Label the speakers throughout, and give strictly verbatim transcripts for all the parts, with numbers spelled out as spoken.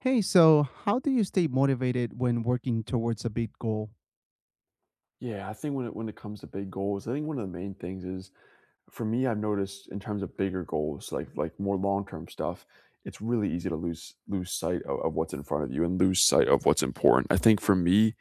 Speaker 1: Hey, so how do you stay motivated when working towards a big goal?
Speaker 2: Yeah, I think when it when it comes to big goals, I think one of the main things is for me, I've noticed in terms of bigger goals, like like more long-term stuff, it's really easy to lose lose sight of, of what's in front of you and lose sight of what's important. I think for me,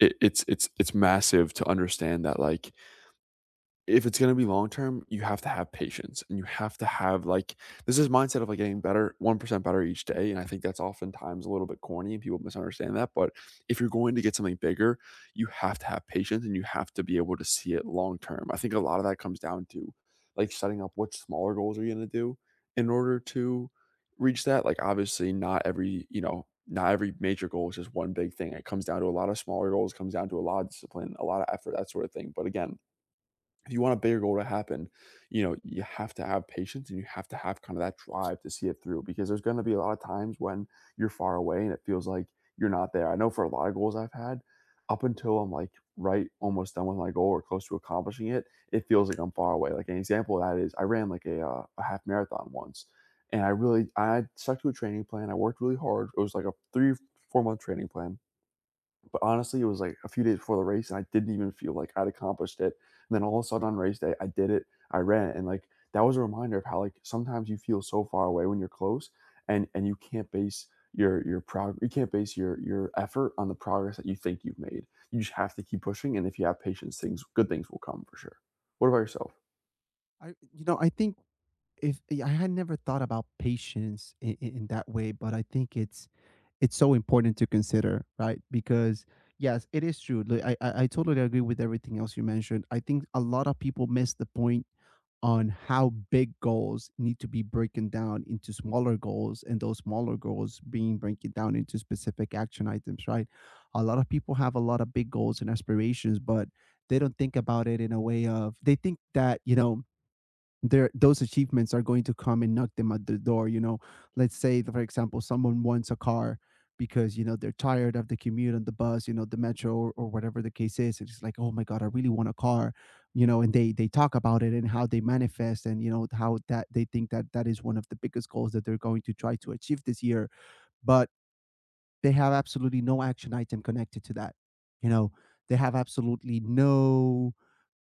Speaker 2: it, it's it's it's massive to understand that like if it's gonna be long term, you have to have patience and you have to have like this is mindset of like getting better, one percent better each day. And I think that's oftentimes a little bit corny and people misunderstand that. But if you're going to get something bigger, you have to have patience and you have to be able to see it long term. I think a lot of that comes down to like setting up what smaller goals are you gonna do in order to reach that. Like obviously not every, you know, not every major goal is just one big thing. It comes down to a lot of smaller goals, comes down to a lot of discipline, a lot of effort, that sort of thing. But again, if you want a bigger goal to happen, you know, you have to have patience and you have to have kind of that drive to see it through because there's going to be a lot of times when you're far away and it feels like you're not there. I know for a lot of goals I've had, up until I'm like right almost done with my goal or close to accomplishing it, it feels like I'm far away. Like an example of that is I ran like a, uh, a half marathon once and I really, I stuck to a training plan. I worked really hard. It was like a three, four month training plan. But honestly, it was like a few days before the race, and I didn't even feel like I'd accomplished it. And then all of a sudden on race day, I did it, I ran, and like, that was a reminder of how, like, sometimes you feel so far away when you're close, and and you can't base your your prog you can't base your your effort on the progress that you think you've made. You just have to keep pushing, and if you have patience, things good things will come for sure. What about yourself?
Speaker 1: I, you know, I think if yeah, I had never thought about patience in, in that way, but I think it's it's so important to consider, right? Because yes, it is true. Like, I, I I totally agree with everything else you mentioned. I think a lot of people miss the point on how big goals need to be broken down into smaller goals and those smaller goals being broken down into specific action items, right. A lot of people have a lot of big goals and aspirations, but they don't think about it in a way of they think that, you know there those achievements are going to come and knock them at the door, you know. Let's say, for example, someone wants a car because, you know, they're tired of the commute on the bus, you know the metro, or, or whatever the case is. It's like, oh my god, I really want a car, you know. And they they talk about it and how they manifest, and you know how that they think that that is one of the biggest goals that they're going to try to achieve this year, but they have absolutely no action item connected to that. You know, they have absolutely no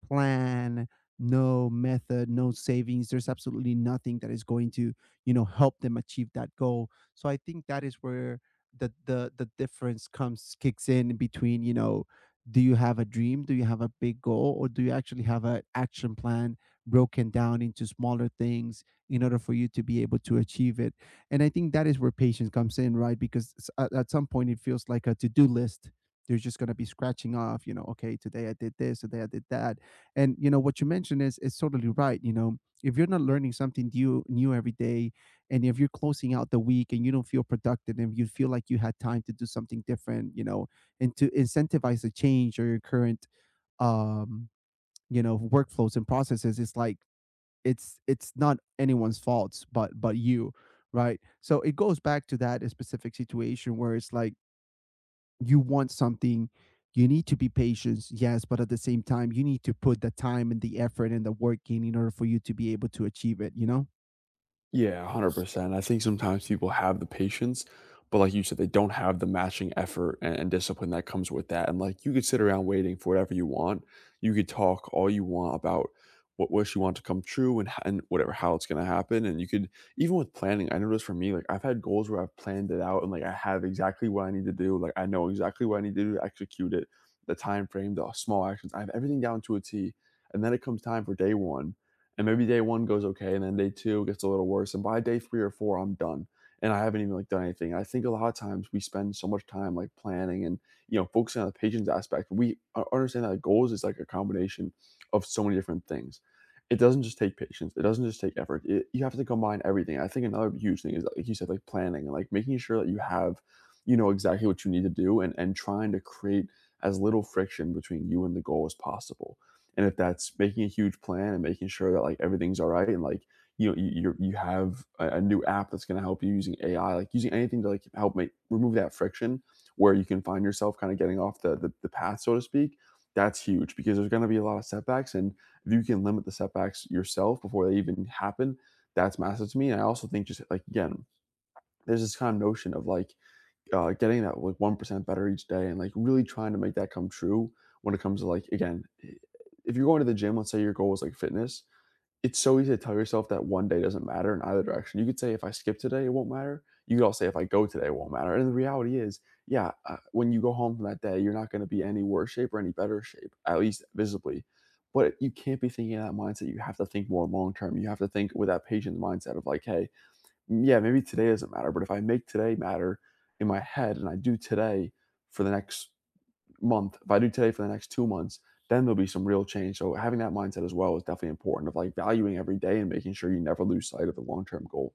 Speaker 1: plan, no method, no savings. There's absolutely nothing that is going to, you know, help them achieve that goal. So I think that is where the the the difference comes kicks in between, you know, do you have a dream? Do you have a big goal? Or do you actually have an action plan broken down into smaller things in order for you to be able to achieve it? And I think that is where patience comes in, right? Because s- at, at some point it feels like a to-do list they're just going to be scratching off. You know, okay, today I did this, today I did that. And you know what you mentioned is is totally right. You know, if you're not learning something new new every day, and if you're closing out the week and you don't feel productive and you feel like you had time to do something different, you know, and to incentivize a change or your current um you know workflows and processes, it's like, it's it's not anyone's faults but but you, right? So it goes back to that specific situation where it's like, you want something, you need to be patient, yes, but at the same time you need to put the time and the effort and the work in in order for you to be able to achieve it, you know.
Speaker 2: Yeah, one hundred percent. I think sometimes people have the patience, but like you said, they don't have the matching effort and, and discipline that comes with that. And like you could sit around waiting for whatever you want. You could talk all you want about what wish you want to come true and, h- and whatever, how it's going to happen. And you could, even with planning, I noticed for me, like I've had goals where I've planned it out and like I have exactly what I need to do. Like I know exactly what I need to do to execute it, the time frame, the small actions. I have everything down to a T. And then it comes time for day one, and maybe day one goes okay, and then day two gets a little worse, and by day three or four I'm done and I haven't even like done anything. And I think a lot of times we spend so much time like planning and you know focusing on the patient's aspect. We understand that goals is like a combination of so many different things. It doesn't just take patience, it doesn't just take effort, it, you have to combine everything. I think another huge thing is like you said, like planning and like making sure that you have you know exactly what you need to do, and and trying to create as little friction between you and the goal as possible. And if that's making a huge plan and making sure that like everything's all right and like you know you you're, you have a, a new app that's going to help you using A I, like using anything to like help make remove that friction where you can find yourself kind of getting off the the, the path so to speak, that's huge because there's going to be a lot of setbacks. And if you can limit the setbacks yourself before they even happen, that's massive to me. And I also think, just like again, there's this kind of notion of like uh, getting that like one percent better each day and like really trying to make that come true. When it comes to like again, if you're going to the gym, let's say your goal is like fitness, it's so easy to tell yourself that one day doesn't matter in either direction. You could say if I skip today it won't matter, you could also say if I go today it won't matter, and the reality is, yeah, uh, when you go home from that day you're not going to be any worse shape or any better shape, at least visibly. But you can't be thinking in that mindset. You have to think more long term, you have to think with that patient mindset of like, hey, yeah, maybe today doesn't matter, but if I make today matter in my head and I do today for the next month, if I do today for the next two months, then there'll be some real change. So having that mindset as well is definitely important, of like valuing every day and making sure you never lose sight of the long term goal.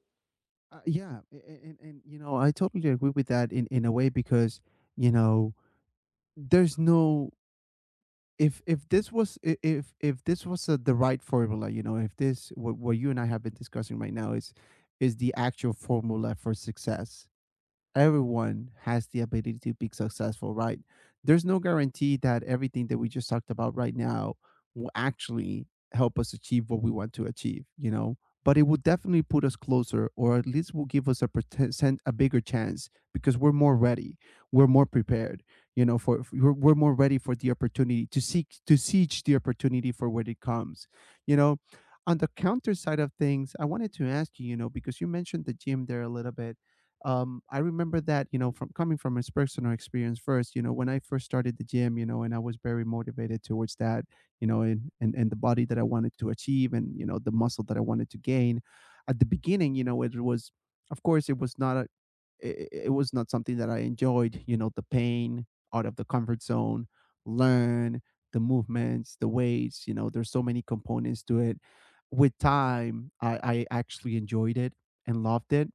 Speaker 1: Uh, yeah a- a- and, and you know I totally agree with that in in a way. Because, you know, there's no, if if this was i- if if this was uh the right formula, you know, if this what, what you and I have been discussing right now is is the actual formula for success, everyone has the ability to be successful, right? There's no guarantee that everything that we just talked about right now will actually help us achieve what we want to achieve, you know? But it will definitely put us closer, or at least will give us a percent, a bigger chance because we're more ready, we're more prepared, you know, for for- we're, we're more ready for the opportunity to seek to siege the opportunity for when it comes, you know. On the counter side of things, I wanted to ask you, you know, because you mentioned the gym there a little bit. um, I remember that, you know, from coming from his personal experience first, you know, when I first started the gym, you know, and I was very motivated towards that, you know, and, and, and the body that I wanted to achieve and, you know, the muscle that I wanted to gain at the beginning, you know, it was, of course, it was not, a, it, it was not something that I enjoyed, you know, the pain, out of the comfort zone, learn the movements, the weights, you know, there's so many components to it. With time, I, I actually enjoyed it and loved it,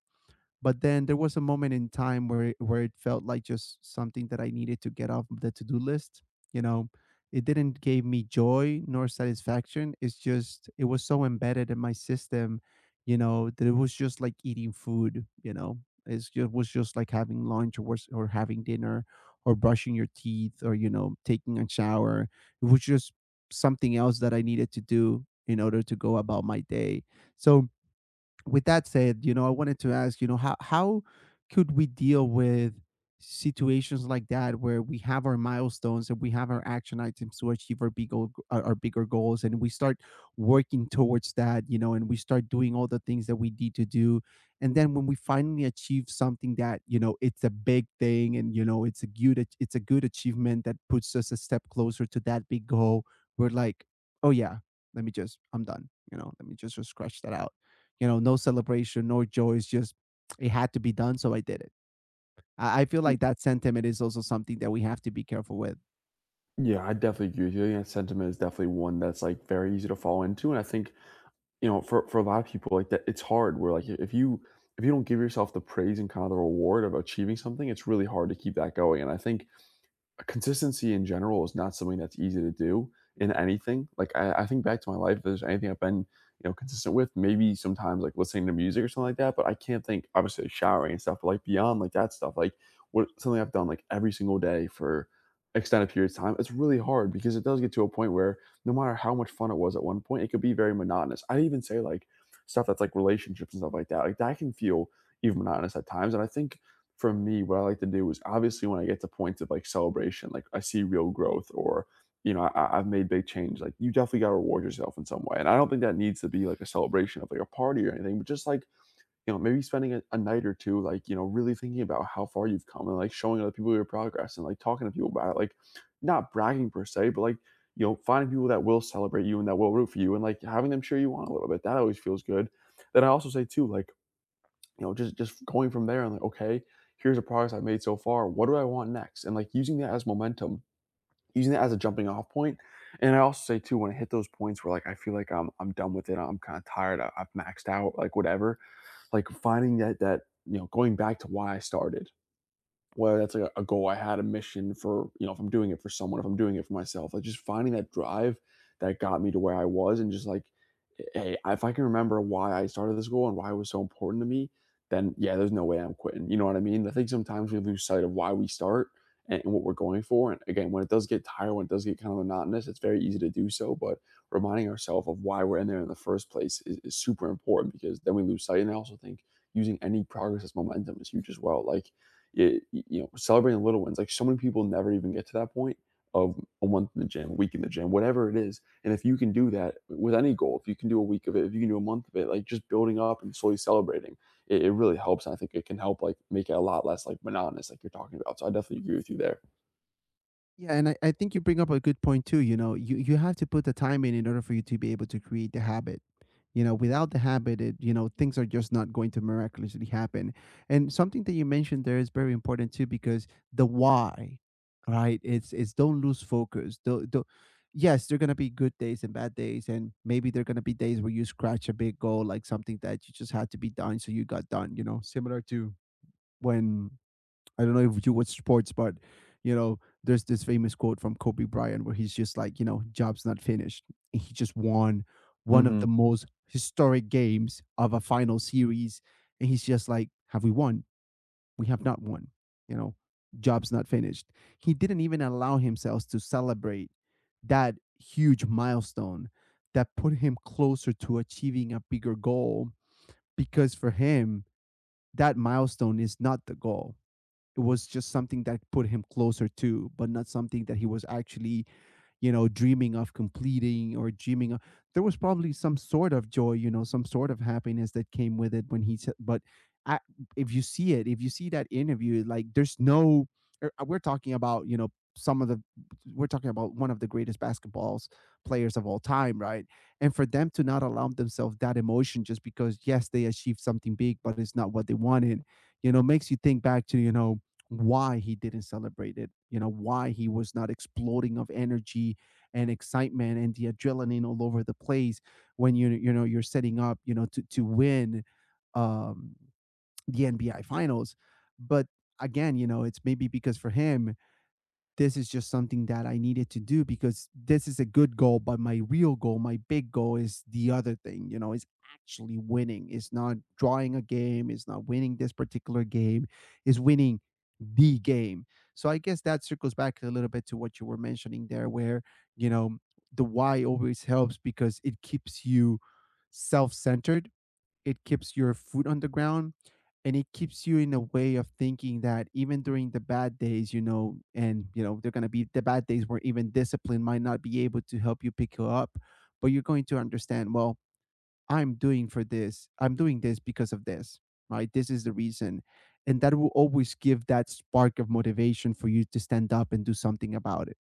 Speaker 1: but then there was a moment in time where it, where it felt like just something that I needed to get off the to-do list, you know. It didn't give me joy nor satisfaction. It's just it was so embedded in my system, you know, that it was just like eating food, you know. It's just, it was just like having lunch or was, or having dinner, or brushing your teeth, or you know, taking a shower. It was just something else that I needed to do in order to go about my day. So with that said, you know, I wanted to ask, you know, how how could we deal with situations like that, where we have our milestones and we have our action items to achieve our big goal, our, our bigger goals, and we start working towards that, you know, and we start doing all the things that we need to do, and then when we finally achieve something that, you know, it's a big thing, and you know it's a good ach- it's a good achievement that puts us a step closer to that big goal, we're like, oh yeah, let me just, I'm done, you know, let me just, just scratch that out, you know. No celebration, no joy. It's just it had to be done, so I did it. I, I feel
Speaker 2: Y-
Speaker 1: like that sentiment is also something that we have to be careful with.
Speaker 2: Yeah, I definitely agree with you. I think that sentiment is definitely one that's like very easy to fall into, and I think you know for for a lot of people like that it's hard. Where like if you if you don't give yourself the praise and kind of the reward of achieving something, it's really hard to keep that going. And I think consistency in general is not something that's easy to do in anything. Like I, I think back to my life, if there's anything I've been, you know, consistent with, maybe sometimes like listening to music or something like that. But I can't think obviously like, showering and stuff, but like beyond like that stuff, like what something I've done like every single day for extended periods of time, it's really hard because it does get to a point where no matter how much fun it was at one point, it could be very monotonous. I even say like stuff that's like relationships and stuff like that. Like that can feel even monotonous at times. And I think for me, what I like to do is obviously when I get to points of like celebration, like I see real growth or you know, I, I've made big change. Like you definitely got to reward yourself in some way, and I don't think that needs to be like a celebration of like a party or anything, but just like you know, maybe spending a, a night or two, like you know, really thinking about how far you've come and like showing other people your progress and like talking to people about it, like not bragging per se, but like you know, finding people that will celebrate you and that will root for you and like having them cheer you on a little bit. That always feels good. Then I also say too, like you know, just just going from there and like, okay, here's the progress I've made so far. What do I want next? And like using that as momentum, using that as a jumping off point. And I also say too, when I hit those points where like I feel like I'm I'm done with it, I'm kind of tired, I, I've maxed out, like whatever. Like finding that that you know going back to why I started, whether that's like a a goal I had, a mission for you know, if I'm doing it for someone, if I'm doing it for myself, like just finding that drive that got me to where I was and just like, hey, if I can remember why I started this goal and why it was so important to me, then yeah, there's no way I'm quitting. You know what I mean? I think sometimes we lose sight of why we start and, and what we're going for. And again, when it does get tired, when it does get kind of monotonous, it's very easy to do so. But reminding ourselves of why we're in there in the first place is, is super important because then we lose sight. And I also think using any progress as momentum is huge as well. Like it, you know, celebrating little wins. Like so many people never even get to that point of a month in the gym, a week in the gym, whatever it is. And if you can do that with any goal, if you can do a week of it, if you can do a month of it, like just building up and slowly celebrating, it, it really helps. And I think it can help like make it a lot less like monotonous, like you're talking about. So I definitely agree with you there.
Speaker 1: Yeah, and I, I think you bring up a good point too. You know, you, you have to put the time in in order for you to be able to create the habit. You know, without the habit, it, you know, things are just not going to miraculously happen. And something that you mentioned there is very important too, because the why, right? It's it's don't lose focus. Don't, don't, yes, there are gonna be good days and bad days, and maybe there are gonna be days where you scratch a big goal, like something that you just had to be done, so you got done. You know, similar to when, I don't know if you watch sports, but you know, there's this famous quote from Kobe Bryant where he's just like, you know, job's not finished. And he just won one of
Speaker 2: Mm-hmm.
Speaker 1: the most historic games of a final series. And he's just like, have we won? We have not won. You know, job's not finished. He didn't even allow himself to celebrate that huge milestone that put him closer to achieving a bigger goal, because for him, that milestone is not the goal, it was just something that put him closer to, but not something that he was actually, you know, dreaming of completing or dreaming of. There was probably some sort of joy, you know, some sort of happiness that came with it when he said, but I, if you see it, if you see that interview, like there's no, er, uh, we're talking about, you know, some of the, we're talking about one of the greatest basketballs players of all time, right? And for them to not allow themselves that emotion just because, yes, they achieved something big, but it's not what they wanted, you know, makes you think back to, you know, why he didn't celebrate it, you know, why he was not exploding of energy and excitement and the adrenaline all over the place when you you know you're setting up, you know, to to win um the N B A finals. But again, you know, it's maybe because for him, this is just something that I needed to do because this is a good goal, but my real goal, my big goal is the other thing, you know, is actually winning. It's not drawing a game, it's not winning this particular game, is winning the game. So I guess that circles back a little bit to what you were mentioning there, where, you know, the why always helps because it keeps you self centered, it keeps your foot on the ground, and it keeps you in a way of thinking that even during the bad days, you know, and, you know, they're going to be the bad days where even discipline might not be able to help you pick you up, but you're going to understand, well, I'm doing for this. I'm doing this because of this, right? This is the reason. And that will always give that spark of motivation for you to stand up and do something about it.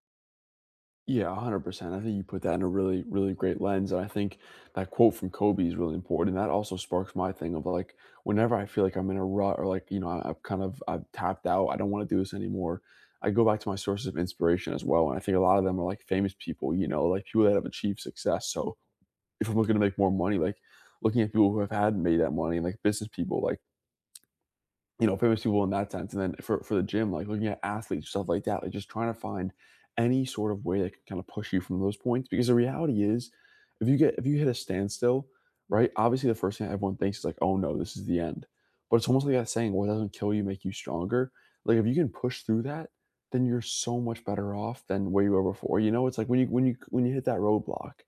Speaker 2: Yeah, one hundred percent. I think you put that in a really, really great lens, and I think that quote from Kobe is really important. And that also sparks my thing of, like, whenever I feel like I'm in a rut or, like, you know, I I've kind of I've tapped out, I don't wanna do this anymore. I go back to my sources of inspiration as well, and I think a lot of them are, like, famous people, you know, like, people that have achieved success. So if I'm looking to make more money, like, looking at people who have had made that money, like, business people, like, you know, famous people in that sense. And then for, for the gym, like looking at athletes, stuff like that, like just trying to find any sort of way that can kind of push you from those points. Because the reality is, if you get if you hit a standstill, right? Obviously, the first thing everyone thinks is like, oh no, this is the end. But it's almost like that saying, what doesn't kill you make you stronger. Like if you can push through that, then you're so much better off than where you were before. You know, it's like when you when you when you hit that roadblock,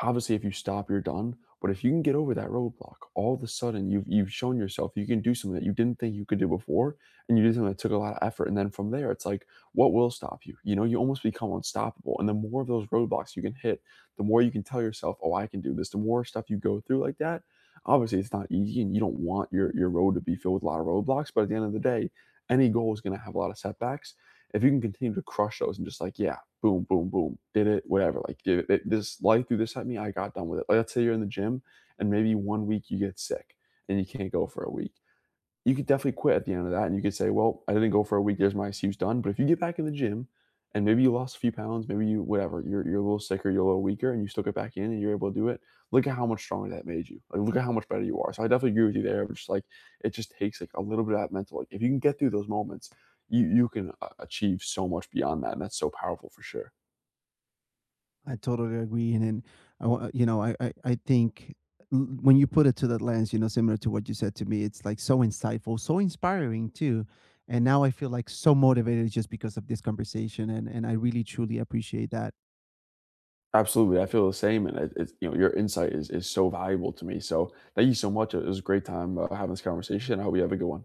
Speaker 2: obviously if you stop you're done, but if you can get over that roadblock, all of a sudden you've, you've shown yourself you can do something that you didn't think you could do before, and you did something that took a lot of effort. And then from there it's like, what will stop you? You know, you almost become unstoppable, and the more of those roadblocks you can hit, the more you can tell yourself, oh, I can do this. The more stuff you go through like that, obviously it's not easy, and you don't want your your road to be filled with a lot of roadblocks, but at the end of the day, any goal is going to have a lot of setbacks. If you can continue to crush those and just like, yeah, boom, boom, boom, did it, whatever. Like it, it, this life threw this at me, I got done with it. Like, let's say you're in the gym and maybe one week you get sick and you can't go for a week. You could definitely quit at the end of that and you could say, well, I didn't go for a week. There's my excuse, done. But if you get back in the gym and maybe you lost a few pounds, maybe you, whatever, you're, you're a little sicker, you're a little weaker, and you still get back in and you're able to do it, look at how much stronger that made you. Like, look at how much better you are. So I definitely agree with you there. But just like, it just takes like a little bit of that mental, like if you can get through those moments, you, you can uh, achieve so much beyond that. And that's so powerful for sure.
Speaker 1: I totally agree. And then, I, wa- uh, you know, I, I, I think l- when you put it to that lens, you know, similar to what you said to me, it's like so insightful, so inspiring too. And now I feel like so motivated just because of this conversation. And, and I really, truly appreciate that.
Speaker 2: Absolutely, I feel the same, and it it's you know, your insight is is so valuable to me, so thank you so much. It was a great time uh, having this conversation. I hope you have a good one.